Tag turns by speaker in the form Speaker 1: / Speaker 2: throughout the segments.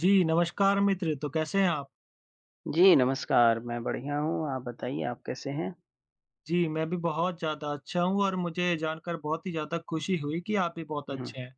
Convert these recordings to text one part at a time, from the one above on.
Speaker 1: जी, नमस्कार मित्र, तो कैसे हैं आप?
Speaker 2: जी, नमस्कार, मैं बढ़िया हूँ, आप बताइए आप कैसे हैं?
Speaker 1: जी, मैं भी बहुत ज़्यादा अच्छा हूँ और मुझे जानकर बहुत ही ज़्यादा खुशी हुई कि आप भी बहुत
Speaker 2: हुँ,
Speaker 1: अच्छे हैं।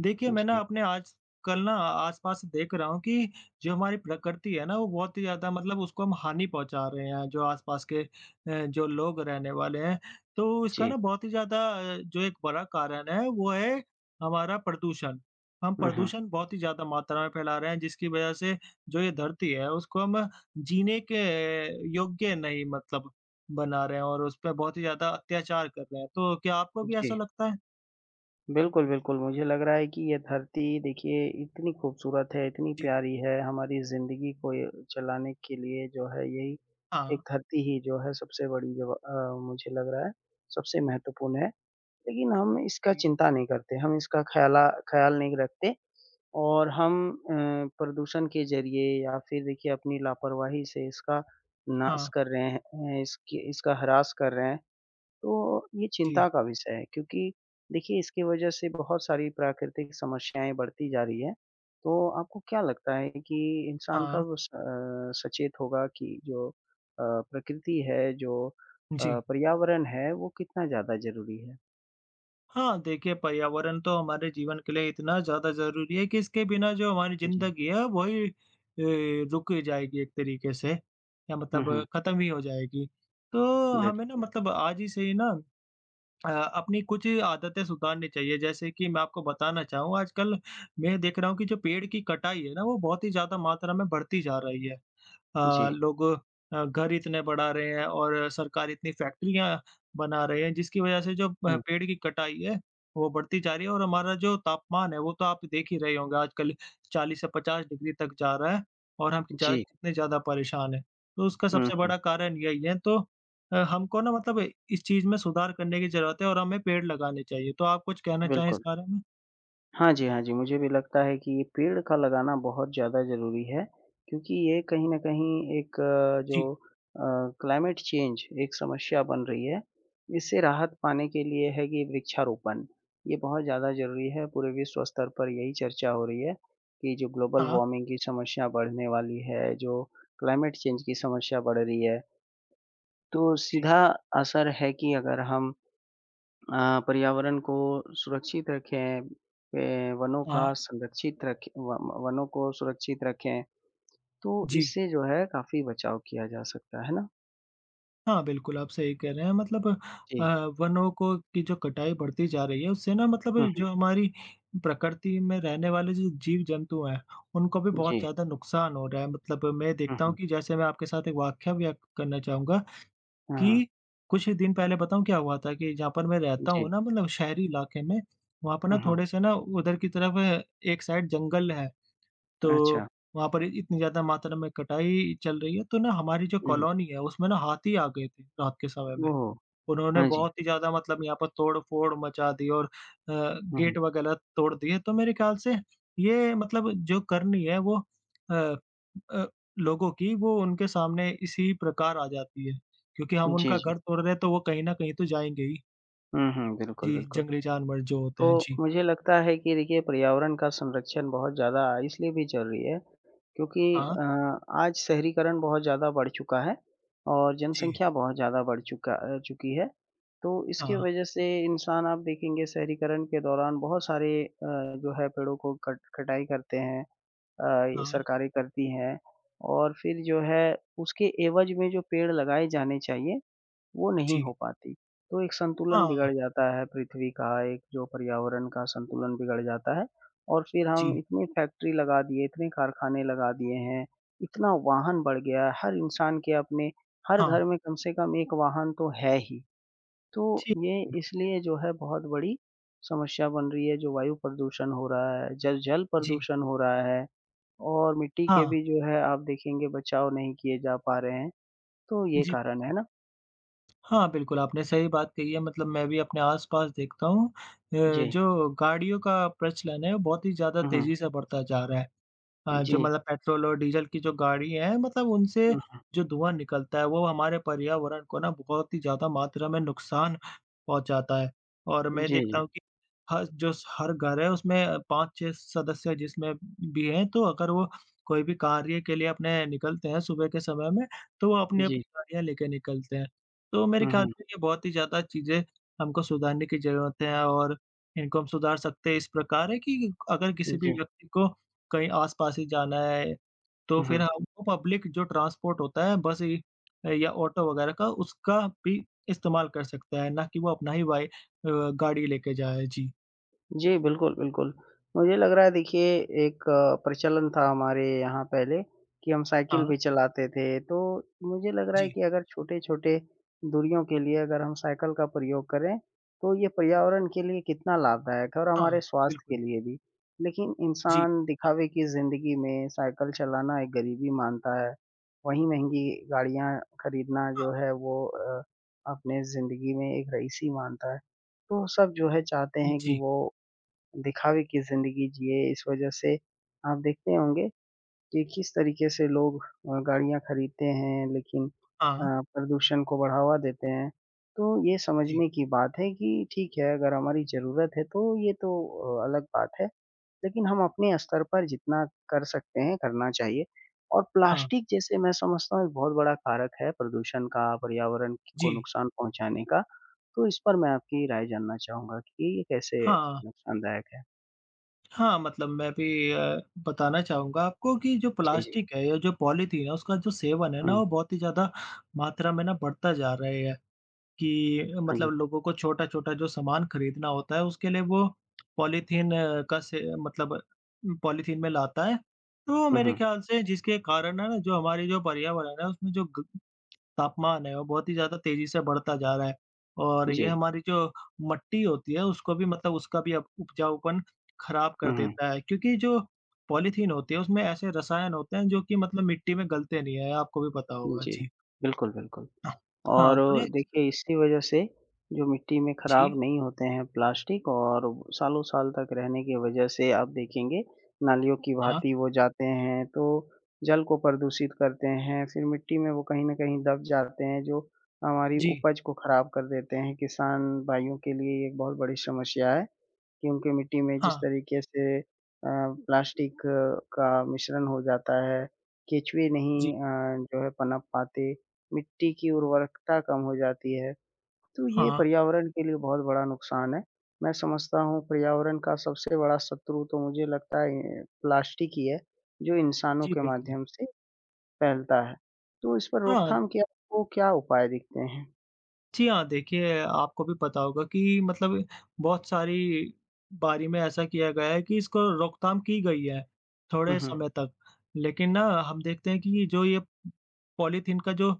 Speaker 1: देखिए, मैं ना
Speaker 2: जी,
Speaker 1: अपने आजकल ना आस-पास देख रहा हूँ कि जो हमारी प्रकृति है ना, वो बहुत ही ज़्यादा मतलब उसको हम हानि पहुँचा रहे हैं, जो आस-पास के जो लोग रहने वाले हैं। तो इसका
Speaker 2: जी।
Speaker 1: ना बहुत ही ज़्यादा जो एक बड़ा कारण है, वो है हमारा प्रदूषण। हम
Speaker 2: हुँ, हुँ,
Speaker 1: प्रदूषण बहुत ही ज़्यादा मात्रा में फैला रहे हैं, जिसकी वजह से जो ये धरती है, उसको हम जीने के योग्य नहीं मतलब बना रहे हैं और उस पे बहुत ही ज़्यादा अत्याचार कर रहे हैं। तो क्या आपको भी ऐसा
Speaker 2: जी।
Speaker 1: लगता है?
Speaker 2: बिल्कुल, बिल्कुल, मुझे लग रहा है कि ये धरती देखिए इतनी खूबसूरत है, इतनी
Speaker 1: जी।
Speaker 2: प्यारी है, हमारी ज़िंदगी को ये चलाने के लिए जो है यही
Speaker 1: हाँ।
Speaker 2: एक धरती ही जो है सबसे बड़ी जो मुझे लग रहा है सबसे महत्वपूर्ण है। लेकिन हम इसका
Speaker 1: जी।
Speaker 2: चिंता नहीं करते, हम इसका ख़याला ख़्याल नहीं रखते। और हम प्रदूषण के ज़रिए या फिर देखिए अपनी लापरवाही से इसका नाश
Speaker 1: हाँ।
Speaker 2: कर रहे हैं, इसकी इसका ह्रास कर रहे हैं। तो ये
Speaker 1: जी,
Speaker 2: चिंता का विषय है क्योंकि देखिए इसकी वज़ह से बहुत सारी प्राकृतिक समस्याएँ बढ़ती जा रही हैं। तो आपको क्या लगता है कि इंसान
Speaker 1: हाँ,
Speaker 2: सचेत होगा कि प्रकृति है,
Speaker 1: जी।
Speaker 2: पर्यावरण है वो कितना ज़्यादा ज़रूरी है?
Speaker 1: हाँ, देखिए पर्यावरण तो हमारे जीवन के लिए इतना ज़्यादा ज़रूरी है कि इसके बिना जो हमारी
Speaker 2: जी।
Speaker 1: ज़िंदगी है वही रुक ही जाएगी एक तरीके से या
Speaker 2: हुँ, हुँ।
Speaker 1: मतलब ख़त्म ही हो जाएगी। तो
Speaker 2: बिल
Speaker 1: हमें ना मतलब आज ही से ही ना अपनी कुछ आदतें सुधारनी चाहिए जैसे कि मैं आपको बताना चाहूँ आजकल मैं देख रहा हूँ कि जो पेड़ की कटाई है ना वो बहुत ही ज़्यादा मात्रा में बढ़ती जा रही है।
Speaker 2: जी।
Speaker 1: लोग घर इतने बढ़ा रहे हैं और सरकार इतनी फैक्ट्रियाँ बना रहे हैं, जिसकी वजह से जो
Speaker 2: हुँ,
Speaker 1: पेड़ की कटाई है, वो बढ़ती जा रही है और हमारा जो तापमान है, वो तो आप देख ही रहे होंगे आजकल 40 से 50 डिग्री तक जा रहा है और हम जा
Speaker 2: जी।
Speaker 1: कितने ज़्यादा परेशान हैं। तो उसका
Speaker 2: हुँ,
Speaker 1: सबसे
Speaker 2: हुँ।
Speaker 1: बड़ा कारण यही है, तो हमको ना मतलब इस चीज़ में सुधार करने की ज़रूरत है और हमें पेड़ लगाने चाहिए। तो आप कुछ कहना चाहें इस
Speaker 2: बिल्कुल।
Speaker 1: बारे में?
Speaker 2: हाँ जी, हाँ जी, मुझे भी लगता है कि ये पेड़ का लगाना बहुत ज़्यादा ज़रूरी है, क्योंकि ये कहीं न कहीं एक जो
Speaker 1: जी।
Speaker 2: अ, जो क्लाइमेट चेंज एक समस्या बन रही है, इससे राहत पाने के लिए है कि वृक्षारोपण, ये बहुत ज़्यादा ज़रूरी है, पूरे विश्व स्तर पर यही चर्चा हो रही है कि जो ग्लोबल
Speaker 1: हाँ,
Speaker 2: वार्मिंग की समस्या बढ़ने वाली है, जो क्लाइमेट चेंज की समस्या बढ़ रही है, तो
Speaker 1: जी।
Speaker 2: सीधा असर है कि अगर हम पर्यावरण को सुरक्षित रखें, वनों
Speaker 1: हाँ,
Speaker 2: का संरक्षित रखें व वनों को सुरक्षित रखें, तो
Speaker 1: जी।
Speaker 2: इससे जो है काफ़ी बचाव किया जा सकता है ना?
Speaker 1: हाँ, बिल्कुल, आप सही कह रहे हैं मतलब
Speaker 2: जी।
Speaker 1: वनों को की जो कटाई बढ़ती जा रही है उससे ना मतलब
Speaker 2: हुँ, हुँ।
Speaker 1: जो हमारी प्रकृति में रहने वाले जो जीव-जंतु हैं, उनको भी बहुत
Speaker 2: जी।
Speaker 1: ज़्यादा नुकसान हो रहा है। मतलब मैं
Speaker 2: हुँ,
Speaker 1: देखता हूँ
Speaker 2: हुँ।
Speaker 1: कि जैसे मैं आपके साथ एक वाकया व्यक्त करना चाहूँगा
Speaker 2: हाँ, हाँ।
Speaker 1: कि कुछ ही दिन पहले बताऊँ क्या हुआ था कि जहाँ पर मैं रहता हूँ
Speaker 2: जी।
Speaker 1: ना मतलब शहरी इलाके में, वहाँ पर ना
Speaker 2: हुँ, हुँ।
Speaker 1: थोड़े से ना उधर की तरफ एक साइड जंगल है। तो
Speaker 2: अच्छा।
Speaker 1: वहाँ पर इतनी ज़्यादा मात्रा में कटाई चल रही है, तो ना हमारी जो
Speaker 2: हुँ, हुँ।
Speaker 1: कॉलोनी है, उसमें ना हाथी आ गए थे रात के समय में।
Speaker 2: ओह!
Speaker 1: उन्होंने
Speaker 2: हाँ जी।
Speaker 1: बहुत ही ज़्यादा मतलब यहाँ पर तोड़-फोड़ मचा दी और
Speaker 2: हुँ, हुँ।
Speaker 1: गेट वगैरह तोड़ दिए। तो मेरे ख्याल से ये मतलब जो करनी है वो अ अ, लोगों की वो उनके सामने इसी प्रकार आ जाती है, क्योंकि हम
Speaker 2: जी,
Speaker 1: उनका
Speaker 2: जी।
Speaker 1: घर तोड़ रहे हैं तो वो कहीं न कहीं तो जाएँगे ही।
Speaker 2: हुँ, हुँ। बिल्कुल,
Speaker 1: जी,
Speaker 2: बिल्कुल।
Speaker 1: जंगली जानवर जो होते
Speaker 2: तो
Speaker 1: हैं। जी।
Speaker 2: मुझे लगता है कि देखिए पर्यावरण का संरक्षण बहुत ज़्यादा इसलिए भी ज़रूरी है क्योंकि
Speaker 1: हाँ।
Speaker 2: अ, आज शहरीकरण बहुत ज़्यादा बढ़ चुका है और
Speaker 1: जी।
Speaker 2: जनसंख्या बहुत ज़्यादा बढ़ चुकी है। तो इसकी
Speaker 1: हाँ।
Speaker 2: वजह से इंसान आप देखेंगे शहरीकरण के दौरान बहुत सारे जो है पेड़ों को कट कटाई करते हैं अ, ये
Speaker 1: हाँ।
Speaker 2: सरकारें करती हैं और फिर जो है उसके एवज़ में जो पेड़ लगाए जाने चाहिए वो नहीं
Speaker 1: जी।
Speaker 2: हो पाती। तो एक संतुलन
Speaker 1: हाँ।
Speaker 2: बिगड़ जाता है पृथ्वी का, एक जो पर्यावरण का संतुलन बिगड़ जाता है और फिर हम
Speaker 1: जी।
Speaker 2: इतनी फैक्ट्री लगा दिए, इतने कारखाने लगा दिए हैं, इतना वाहन बढ़ गया है, हर इंसान के अपने हर
Speaker 1: हाँ।
Speaker 2: घर में कम से कम 1 वाहन तो है ही। तो
Speaker 1: जी,
Speaker 2: ये
Speaker 1: बिल्कुल,
Speaker 2: इसलिए जो है बहुत बड़ी समस्या बन रही है, जो वायु प्रदूषण हो रहा है, जल जल
Speaker 1: जी।
Speaker 2: प्रदूषण हो रहा है और मिट्टी के
Speaker 1: हाँ,
Speaker 2: भी जो है आप देखेंगे बचाव नहीं किए जा पा रहे हैं, तो ये
Speaker 1: जी,
Speaker 2: कारण
Speaker 1: बिल्कुल।
Speaker 2: है ना।
Speaker 1: हाँ, बिल्कुल, आपने सही बात कही है मतलब मैं भी अपने आस-पास देखता हूँ
Speaker 2: जी।
Speaker 1: जो गाड़ियों का प्रचलन है, वो बहुत ही ज़्यादा
Speaker 2: हुँ, हुँ।
Speaker 1: तेज़ी से बढ़ता जा रहा है। हाँ, जो
Speaker 2: जी,
Speaker 1: मतलब पेट्रोल और डीज़ल की जो गाड़ी है मतलब उनसे
Speaker 2: हुँ,
Speaker 1: जो धुआँ निकलता है वो हमारे पर्यावरण को ना बहुत ही ज़्यादा मात्रा में नुकसान पहुँचाता है। और मैं
Speaker 2: जी,
Speaker 1: देखता
Speaker 2: जी,
Speaker 1: हूँ कि हर जो हर घर है उसमें 5-6 सदस्य जिसमें भी हैं तो अगर वो कोई भी कार्य के लिए अपने निकलते हैं सुबह के समय में तो वो
Speaker 2: जी,
Speaker 1: अपनी-अपनी गाड़ियाँ लेके निकलते हैं। तो मेरे ख़्याल
Speaker 2: हुँ,
Speaker 1: से ये बहुत ही ज़्यादा चीज़ें हमको सुधारने की ज़रूरत है और इनको हम सुधार सकते हैं इस प्रकार है कि अगर किसी
Speaker 2: हुँ,
Speaker 1: भी
Speaker 2: जी,
Speaker 1: व्यक्ति को कहीं आस-पास ही जाना है, तो
Speaker 2: हुँ,
Speaker 1: फिर
Speaker 2: हुँ।
Speaker 1: हमको पब्लिक जो ट्रांसपोर्ट होता है बस ही या ऑटो वगैरह का उसका भी इस्तेमाल कर सकता है, ना कि वो अपना ही वाही गाड़ी लेके जाए। जी,
Speaker 2: जी, बिल्कुल, बिल्कुल। मुझे लग रहा है देखिए एक प्रचलन था हमारे यहाँ पहले कि हम
Speaker 1: हाँ,
Speaker 2: साइकिल भी चलाते थे, तो मुझे लग रहा है
Speaker 1: जी,
Speaker 2: कि अगर छोटे-छोटे दूरियों के लिए अगर हम साइकिल का प्रयोग करें, तो ये पर्यावरण के लिए कितना लाभदायक है और
Speaker 1: हाँ,
Speaker 2: हमारे स्वास्थ्य के
Speaker 1: बिल्कुल,
Speaker 2: लिए भी। लेकिन
Speaker 1: जी,
Speaker 2: इंसान दिखावे की ज़िंदगी में साइकिल चलाना एक गरीबी मानता है, वहीं महँगी गाड़ियाँ खरीदना
Speaker 1: हाँ,
Speaker 2: जो है वो अपने ज़िंदगी में एक रईसी मानता है। तो सब जो है चाहते हैं कि
Speaker 1: जी,
Speaker 2: वो दिखावे की जिंदगी जिए इस वजह से आप देखते होंगे कि किस तरीके से लोग गाड़ियाँ खरीदते हैं लेकिन
Speaker 1: हाँ,
Speaker 2: प्रदूषण को बढ़ावा देते हैं। तो ये
Speaker 1: जी,
Speaker 2: समझने की बात है कि ठीक है अगर हमारी ज़रूरत है तो ये तो अलग बात है। लेकिन हम अपने स्तर पर जितना कर सकते हैं करना चाहिए और
Speaker 1: हाँ,
Speaker 2: प्लास्टिक जैसे मैं समझता हूँ एक बहुत बड़ा कारक है प्रदूषण का, पर्यावरण को
Speaker 1: जी,
Speaker 2: नुकसान पहुँचाने का। तो इस पर मैं आपकी राय जानना चाहूँगा कि ये कैसे
Speaker 1: हाँ,
Speaker 2: नुकसानदायक है?
Speaker 1: हाँ, मतलब मैं भी बताना चाहूँगा आपको कि जो
Speaker 2: जी, जी।
Speaker 1: प्लास्टिक है या जो पॉलीथीन है उसका जो सेवन है ना
Speaker 2: हुँ,
Speaker 1: वो बहुत ही ज़्यादा मात्रा में ना बढ़ता जा रहा है। कि
Speaker 2: हाँ
Speaker 1: मतलब
Speaker 2: जी।
Speaker 1: लोगों को छोटा-छोटा जो सामान खरीदना होता है, उसके लिए वो पॉलीथीन का से मतलब पॉलीथीन में लाता है। तो
Speaker 2: हुँ,
Speaker 1: मेरे
Speaker 2: हुँ।
Speaker 1: ख़्याल से जिसके कारण है ना, जो हमारी जो पर्यावरण है, उसमें जो ग तापमान है, वो बहुत ही ज़्यादा तेज़ी से बढ़ता जा रहा है। और ये
Speaker 2: जी।
Speaker 1: हमारी जो मट्टी होती है, उसको भी मतलब उसका भी अब उपजाऊपन ख़राब कर
Speaker 2: हुँ, हुँ।
Speaker 1: देता है, क्योंकि जो पॉलीथीन होती है, उसमें ऐसे रसायन होते हैं, जो कि मतलब मिट्टी में गलते नहीं हैं, आपको भी पता होगा।
Speaker 2: जी,
Speaker 1: जी।
Speaker 2: बिल्कुल, बिल्कुल।
Speaker 1: हाँ,
Speaker 2: और
Speaker 1: तो ना
Speaker 2: देखिए इसी वजह से जो मिट्टी में
Speaker 1: जी,
Speaker 2: खराब नहीं होते हैं प्लास्टिक और सालों-साल तक रहने की वजह से आप देखेंगे नालियों की
Speaker 1: हाँ।
Speaker 2: भाँति वो जाते हैं तो जल को प्रदूषित करते हैं, फिर मिट्टी में वो कहीं न कहीं दब जाते हैं जो हमारी
Speaker 1: जी।
Speaker 2: उपज को खराब कर देते हैं। किसान भाइयों के लिए ये एक बहुत बड़ी समस्या है कि उनके मिट्टी में जिस
Speaker 1: हाँ,
Speaker 2: तरीके से प्लास्टिक का मिश्रण हो जाता है, केचुए नहीं
Speaker 1: जी,
Speaker 2: अ, जो है पनप पाते। मिट्टी की उर्वरकता कम हो जाती है। तो ये
Speaker 1: हाँ,
Speaker 2: पर्यावरण के लिए बहुत बड़ा नुकसान है। मैं समझता हूँ पर्यावरण का सबसे बड़ा शत्रु तो मुझे लगता है प्लास्टिक ही है, जो इंसानों
Speaker 1: जी,
Speaker 2: के
Speaker 1: बिल्कुल।
Speaker 2: माध्यम से फैलता है। तो इस पर
Speaker 1: हाँ,
Speaker 2: रोकथाम के आपको क्या उपाय दिखते हैं?
Speaker 1: जी हाँ, देखिए आपको भी पता होगा कि मतलब बहुत सारी बारी में ऐसा किया गया है कि इसको रोकथाम की गई है,
Speaker 2: हुँ,
Speaker 1: थोड़े
Speaker 2: हुँ।
Speaker 1: समय तक। लेकिन ना हम देखते हैं कि जो ये पॉलीथीन का जो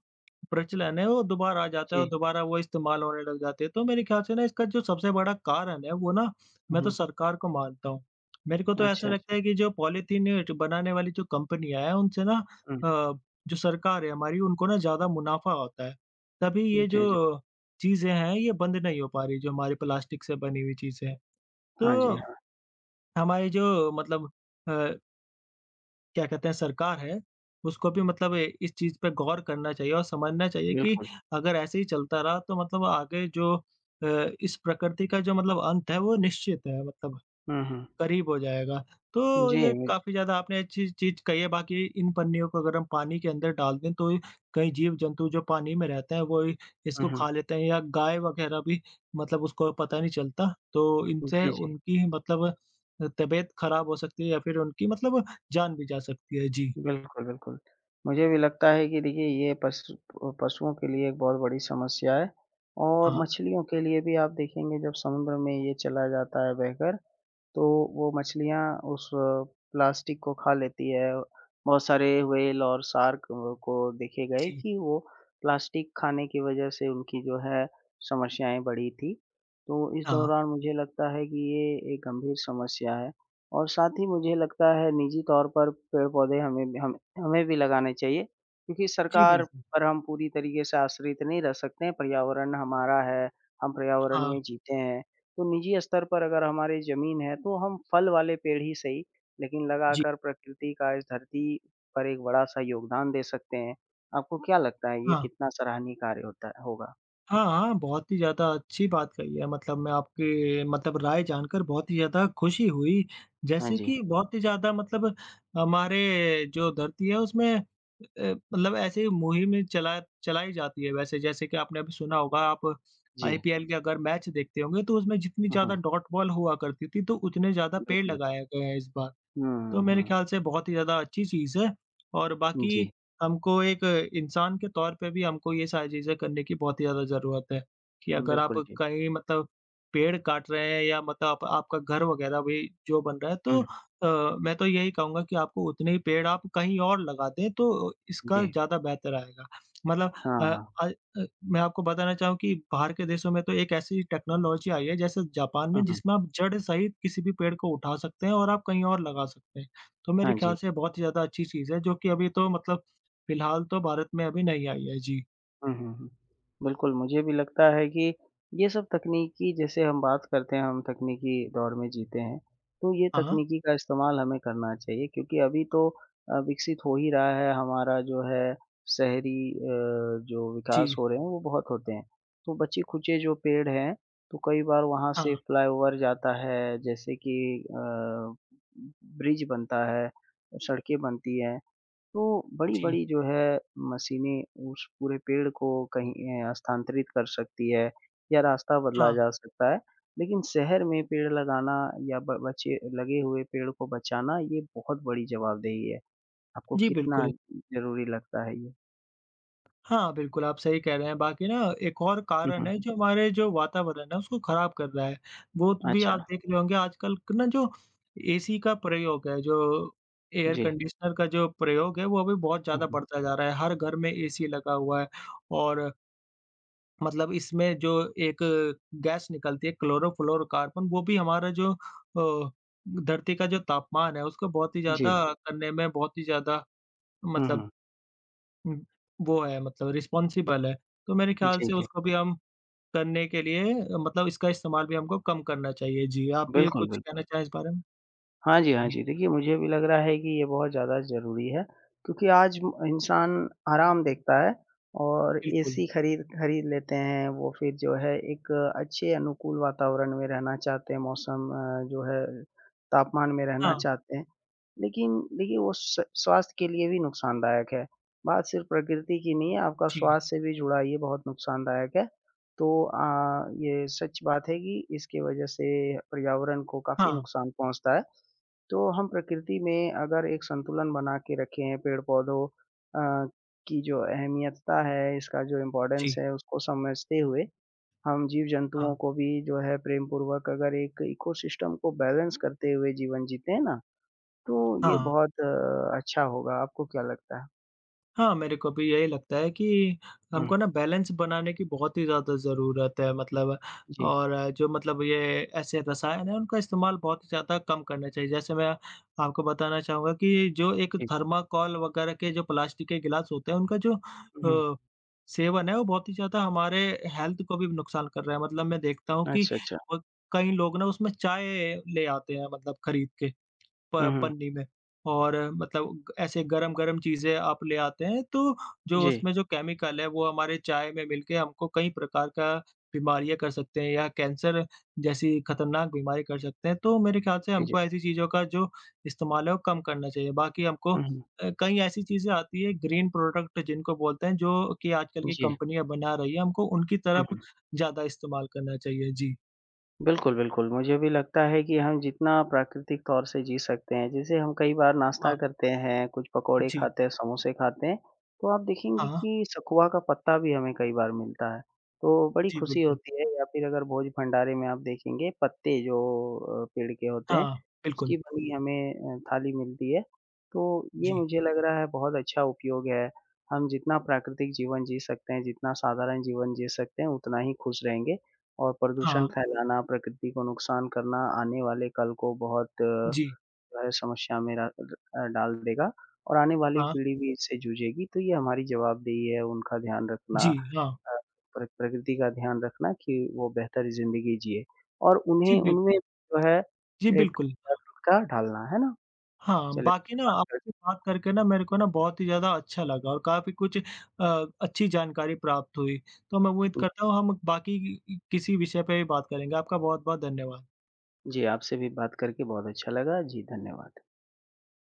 Speaker 1: प्रचलन है वो दोबारा आ जाता है और
Speaker 2: जी।
Speaker 1: दोबारा वो इस्तेमाल होने लग जाते हैं। तो मेरे ख्याल से ना इसका जो सबसे बड़ा कारण है वो ना
Speaker 2: हुँ,
Speaker 1: मैं तो
Speaker 2: हुँ।
Speaker 1: सरकार को मानता हूँ। मेरे को तो ऐसा
Speaker 2: अच्छा,
Speaker 1: लगता
Speaker 2: अच्छा।
Speaker 1: है कि जो पॉलीथीन ज बनाने वाली जो कंपनियाँ हैं उनसे ना
Speaker 2: हुँ।
Speaker 1: अ, जो सरकार है हमारी उनको ना ज़्यादा मुनाफ़ा होता है। तभी ये जो
Speaker 2: जी, जी।
Speaker 1: चीज़ें हैं, ये बंद नहीं हो पा रही, जो हमारी प्लास्टिक से बनी हुई चीज़ें हैं। तो
Speaker 2: हाँ जी, हाँ।
Speaker 1: हमारी जो मतलब अ, क्या कहते हैं सरकार है, उसको भी मतलब ए इस चीज़ पे गौर करना चाहिए और समझना चाहिए कि
Speaker 2: बिल्कुल।
Speaker 1: अगर ऐसे ही चलता रहा तो मतलब आगे जो इस प्रकृति का जो मतलब अंत है वो निश्चित है मतलब।
Speaker 2: हुँ, हुँ।
Speaker 1: करीब हो जाएगा। तो
Speaker 2: जी,
Speaker 1: ये
Speaker 2: बिल
Speaker 1: काफ़ी ज़्यादा आपने अच्छी चीज़ कही है, बाकी इन पन्नियों को अगर हम पानी के अंदर डाल दें तो ये कई जीव-जंतु जो पानी में रहते हैं वो इ
Speaker 2: हुँ,
Speaker 1: इसको
Speaker 2: हुँ।
Speaker 1: खा लेते हैं या गाय वगैरह भी मतलब उसको पता नहीं चलता। तो इनसे
Speaker 2: जी, जी।
Speaker 1: उनकी मतलब तबीयत खराब हो सकती है या फिर उनकी मतलब जान भी जा सकती है। जी,
Speaker 2: बिल्कुल, बिल्कुल। मुझे भी लगता है कि देखिए ये पशुओं के लिए एक बहुत बड़ी समस्या है और
Speaker 1: हाँ।
Speaker 2: मछलियों के लिए भी आप देखेंगे जब समुद्र में ये चला जाता है बहकर, तो वो मछलियाँ उस प्लास्टिक को खा लेती है। बहुत सारे व्हेल और शार्क को देखे गए
Speaker 1: जी,
Speaker 2: कि वो प्लास्टिक खाने की वज़ह से उनकी जो है समस्याएँ बढ़ी थी। तो इस
Speaker 1: हाँ।
Speaker 2: दौरान मुझे लगता है कि ये एक गंभीर समस्या है और साथ ही मुझे लगता है निजी तौर पर पेड़-पौधे हमें भी लगाने चाहिए क्योंकि
Speaker 1: जी,
Speaker 2: सरकार
Speaker 1: बिल्कुल।
Speaker 2: पर हम पूरी तरीके से आश्रित नहीं रह सकते हैं। पर्यावरण हमारा है, हम पर्यावरण
Speaker 1: हाँ,
Speaker 2: में जीते हैं। तो निजी स्तर पर अगर हमारी ज़मीन है, तो हम फल वाले पेड़ ही सही, लेकिन
Speaker 1: जी,
Speaker 2: लगाकर प्रकृति का इस धरती पर एक बड़ा-सा योगदान दे सकते हैं। आपको क्या लगता है ये
Speaker 1: हाँ।
Speaker 2: कितना सराहनीय कार्य होता है होगा?
Speaker 1: हाँ, हाँ, बहुत ही ज़्यादा अच्छी बात कही है मतलब मैं आपकी मतलब राय जानकर बहुत ही ज़्यादा खुशी हुई।
Speaker 2: हाँ
Speaker 1: जैसे
Speaker 2: जी।
Speaker 1: कि बहुत ही ज़्यादा मतलब हमारे जो धरती है उसमें मतलब ऐसे ही मुहिम चलाई जाती है वैसे जैसे कि आपने अभी सुना होगा आप
Speaker 2: जी।
Speaker 1: आईपीएल के अगर मैच देखते होंगे तो उसमें जितनी
Speaker 2: हुँ,
Speaker 1: ज़्यादा
Speaker 2: हुँ।
Speaker 1: डॉट बॉल हुआ करती थी तो उतने ज़्यादा पेड़
Speaker 2: बिल्कुल।
Speaker 1: लगाए गए हैं इस बार।
Speaker 2: हुँ,
Speaker 1: तो
Speaker 2: हुँ,
Speaker 1: मेरे
Speaker 2: हुँ।
Speaker 1: ख़्याल से बहुत ही ज़्यादा अच्छी चीज़ है और बाकी
Speaker 2: जी।
Speaker 1: हमको एक इंसान के तौर पे भी हमको ये सारी चीज़ें करने की बहुत ही ज़्यादा ज़रूरत है, कि अगर आप
Speaker 2: बिल्कुल जी।
Speaker 1: कहीं मतलब पेड़ काट रहे हैं या मतलब आप आपका घर वग़ैरह भी जो बन रहा है
Speaker 2: हुँ,
Speaker 1: तो मैं तो यही कहूँगा कि आपको उतने ही पेड़ आप कहीं और लगा दें, तो इसका
Speaker 2: जी।
Speaker 1: ज़्यादा बेहतर आएगा। मतलब
Speaker 2: हाँ,
Speaker 1: अ,
Speaker 2: हाँ।
Speaker 1: अ, अ, मैं आपको बताना चाहूँ कि बाहर के देशों में तो एक ऐसी टेक्नोलॉजी आई है जैसे जापान
Speaker 2: हुँ,
Speaker 1: में
Speaker 2: हुँ।
Speaker 1: जिसमें आप जड़ सहित किसी भी पेड़ को उठा सकते हैं और आप कहीं और लगा सकते हैं। तो मेरे
Speaker 2: हाँ जी,
Speaker 1: ख़्याल से
Speaker 2: जी।
Speaker 1: बहुत ही ज़्यादा अच्छी चीज़ है जो कि अभी तो मतलब फ़िलहाल तो भारत में अभी नहीं आई है। जी।
Speaker 2: हुँ, हुँ, हुँ। बिल्कुल, मुझे भी लगता है कि ये सब तकनीकी जैसे हम बात करते हैं, हम तकनीकी दौर में जीते हैं, तो ये
Speaker 1: हाँ।
Speaker 2: तकनीकी का इस्तेमाल हमें करना चाहिए क्योंकि अभी तो विकसित हो ही रहा है हमारा जो है शहरी अ, जो विकास
Speaker 1: जी।
Speaker 2: हो रहे हैं वो बहुत होते हैं। तो बचे-खुचे जो पेड़ हैं, तो कई बार वहाँ से
Speaker 1: हाँ।
Speaker 2: फ्लाईओवर जाता है जैसे कि अ, ब्रिज बनता है, सड़कें बनती हैं, तो
Speaker 1: जी।
Speaker 2: बड़ी-बड़ी जो है मशीनें उस पूरे पेड़ को कहीं स्थानांतरित कर सकती है या रास्ता बदला
Speaker 1: हाँ।
Speaker 2: जा सकता है। लेकिन शहर में पेड़ लगाना या ब बचे लगे हुए पेड़ को बचाना ये बहुत बड़ी जवाबदेही है। आपको
Speaker 1: जी,
Speaker 2: कितना
Speaker 1: बिल्कुल।
Speaker 2: ज़रूरी लगता है ये?
Speaker 1: हाँ, बिल्कुल, आप सही कह रहे हैं। बाकी ना एक और
Speaker 2: हुँ,
Speaker 1: कारण
Speaker 2: हुँ।
Speaker 1: है जो हमारे जो वातावरण है उसको ख़राब कर रहा है। वो तो भी
Speaker 2: अच्छा,
Speaker 1: आप देख रहे होंगे आजकल क ना जो एसी का प्रयोग है, जो एयर
Speaker 2: जी।
Speaker 1: कंडीशनर का जो प्रयोग है वो अभी बहुत
Speaker 2: हुँ,
Speaker 1: ज़्यादा
Speaker 2: हुँ।
Speaker 1: बढ़ता जा रहा है। हर घर में एसी लगा हुआ है और मतलब इसमें जो एक गैस निकलती है क्लोरोफ्लोरोकार्बन वो भी हमारा जो धरती का जो तापमान है उसको बहुत ही
Speaker 2: जी।
Speaker 1: ज़्यादा करने में बहुत ही ज़्यादा
Speaker 2: हुँ,
Speaker 1: मतलब
Speaker 2: हुँ।
Speaker 1: हुँ, वो है मतलब रिस्पॉन्सिबल है। तो मेरे ख़्याल
Speaker 2: जी,
Speaker 1: से
Speaker 2: जी।
Speaker 1: उसको भी हम करने के लिए मतलब इसका इस्तेमाल भी हमको कम करना चाहिए। जी, आप भी
Speaker 2: बिल्कुल,
Speaker 1: कुछ कहना
Speaker 2: बिल्कुल।
Speaker 1: चाहें इस बारे में?
Speaker 2: हाँ जी, हाँ
Speaker 1: जी,
Speaker 2: जी। देखिए, मुझे भी लग रहा है कि ये बहुत ज़्यादा ज़रूरी है क्योंकि आज म इंसान आराम देखता है और
Speaker 1: बिल्कुल।
Speaker 2: एसी खरीद खरीद लेते हैं, वो फिर जो है एक अच्छे अनुकूल वातावरण में रहना चाहते हैं, जो है तापमान में रहना
Speaker 1: हाँ,
Speaker 2: चाहते हैं। लेकिन देखिए, वो स स्वास्थ्य के लिए भी नुकसानदायक है। बात सिर्फ़ प्रकृति की नहीं है, आपका
Speaker 1: जी।
Speaker 2: स्वास्थ्य से भी जुड़ा ये बहुत नुकसानदायक है। तो ये सच बात है कि इसकी वज़ह से पर्यावरण को काफ़ी
Speaker 1: हाँ,
Speaker 2: नुकसान पहुँचता है। तो हम प्रकृति में अगर एक संतुलन बना के रखे हैं पेड़-पौधों अ, की जो अहमियतता है, इसका जो
Speaker 1: जी।
Speaker 2: इम्पोर्टेंस है, उसको समझते हुए हम
Speaker 1: हाँ,
Speaker 2: जीव-जंतुओं को भी जो है प्रेमपूर्वक अगर एक इकोसिस्टम को बैलेंस करते हुए जीवन जीते हैं ना, तो ये
Speaker 1: हाँ।
Speaker 2: बहुत अच्छा होगा। आपको क्या लगता है?
Speaker 1: हाँ, मेरे को भी यही लगता है कि
Speaker 2: हुँ,
Speaker 1: हमको ना बैलेंस बनाने की बहुत ही ज़्यादा ज़रूरत है मतलब
Speaker 2: जी,
Speaker 1: और जो मतलब ये ऐसे रसायन हैं, उनका इस्तेमाल बहुत ही ज़्यादा कम करना चाहिए। जैसे मैं आपको बताना चाहूँगा कि जो एक
Speaker 2: जी।
Speaker 1: थर्माकोल वगैरह के जो प्लास्टिक के गिलास होते हैं, उनका जो
Speaker 2: हुँ,
Speaker 1: अ, सेवन है, वो बहुत ही ज़्यादा हमारे हेल्थ को भी नुकसान कर रहा है। मतलब मैं देखता हूँ कि
Speaker 2: अच्छा, अच्छा।
Speaker 1: वो कई लोग ना उसमें चाय ले आते हैं मतलब खरीद के। प
Speaker 2: हुँ, हुँ।
Speaker 1: पन्नी में और मतलब ऐसे गरम-गरम चीज़ें आप ले आते हैं, तो जो
Speaker 2: जी,
Speaker 1: उसमें जो केमिकल है, वो हमारे चाय में मिलके हमको कई प्रकार का बीमारियाँ कर सकते हैं या कैंसर जैसी खतरनाक बीमारी कर सकते हैं। तो मेरे ख्याल से
Speaker 2: जी, जी।
Speaker 1: हमको ऐसी चीज़ों का जो इस्तेमाल है, वो कम करना चाहिए। बाकी हमको
Speaker 2: हुँ, हुँ।
Speaker 1: कई ऐसी चीज़ें आती हैं, ग्रीन प्रोडक्ट जिनको बोलते हैं, जो कि आजकल की
Speaker 2: जी,
Speaker 1: कंपनियाँ बना रही हैं, हमको उनकी तरफ
Speaker 2: हुँ।
Speaker 1: ज़्यादा इस्तेमाल करना चाहिए। जी,
Speaker 2: बिल्कुल, बिल्कुल। मुझे भी लगता है कि हम जितना प्राकृतिक तौर से जी सकते हैं, जैसे हम कई बार नाश्ता
Speaker 1: हाँ।
Speaker 2: करते हैं, कुछ पकौड़े
Speaker 1: जी,
Speaker 2: खाते हैं, समोसे खाते हैं, तो आप देखेंगे
Speaker 1: हाँ।
Speaker 2: कि सखुआ का पत्ता भी हमें कई बार मिलता है। तो बड़ी
Speaker 1: जी,
Speaker 2: खुशी
Speaker 1: बिल्कुल।
Speaker 2: होती है या फिर अगर भोज भंडारे में आप देखेंगे पत्ते जो पेड़ के होते हैं,
Speaker 1: हाँ, बिल्कुल।
Speaker 2: उसकी बनी हमें थाली मिलती है। तो ये
Speaker 1: जी,
Speaker 2: मुझे लग रहा है बहुत अच्छा उपयोग है। हम जितना प्राकृतिक जीवन जी सकते हैं, जितना साधारण जीवन जी सकते हैं, उतना ही खुश रहेंगे। और प्रदूषण
Speaker 1: हाँ।
Speaker 2: फैलाना, प्रकृति को नुकसान करना आने वाले कल को बहुत
Speaker 1: जी,
Speaker 2: जो है समस्या में डाल देगा और आने वाली
Speaker 1: हाँ।
Speaker 2: पीढ़ी भी इससे जूझेगी, तो ये हमारी जवाबदेही है उनका ध्यान रखना
Speaker 1: जी, हाँ।
Speaker 2: अ, प्रकृति का ध्यान रखना कि वो बेहतर ज़िंदगी जिए और
Speaker 1: जी,
Speaker 2: उन्हें उनमें जो है एक
Speaker 1: बिल्कुल।
Speaker 2: जागरूकता डालना, है ना?
Speaker 1: हाँ,
Speaker 2: चलिए
Speaker 1: बाकी
Speaker 2: आपसे
Speaker 1: ना
Speaker 2: बात
Speaker 1: आपसे बात करके ना मेरे को ना बहुत ही ज़्यादा अच्छा लगा और काफ़ी कुछ अच्छी जानकारी प्राप्त हुई। तो मैं उम्मीद
Speaker 2: करके
Speaker 1: करता हूँ हम बाकी किसी विषय पे भी बात करेंगे। आपका बहुत-बहुत धन्यवाद।
Speaker 2: जी, आपसे भी बात करके बहुत अच्छा लगा। जी, धन्यवाद।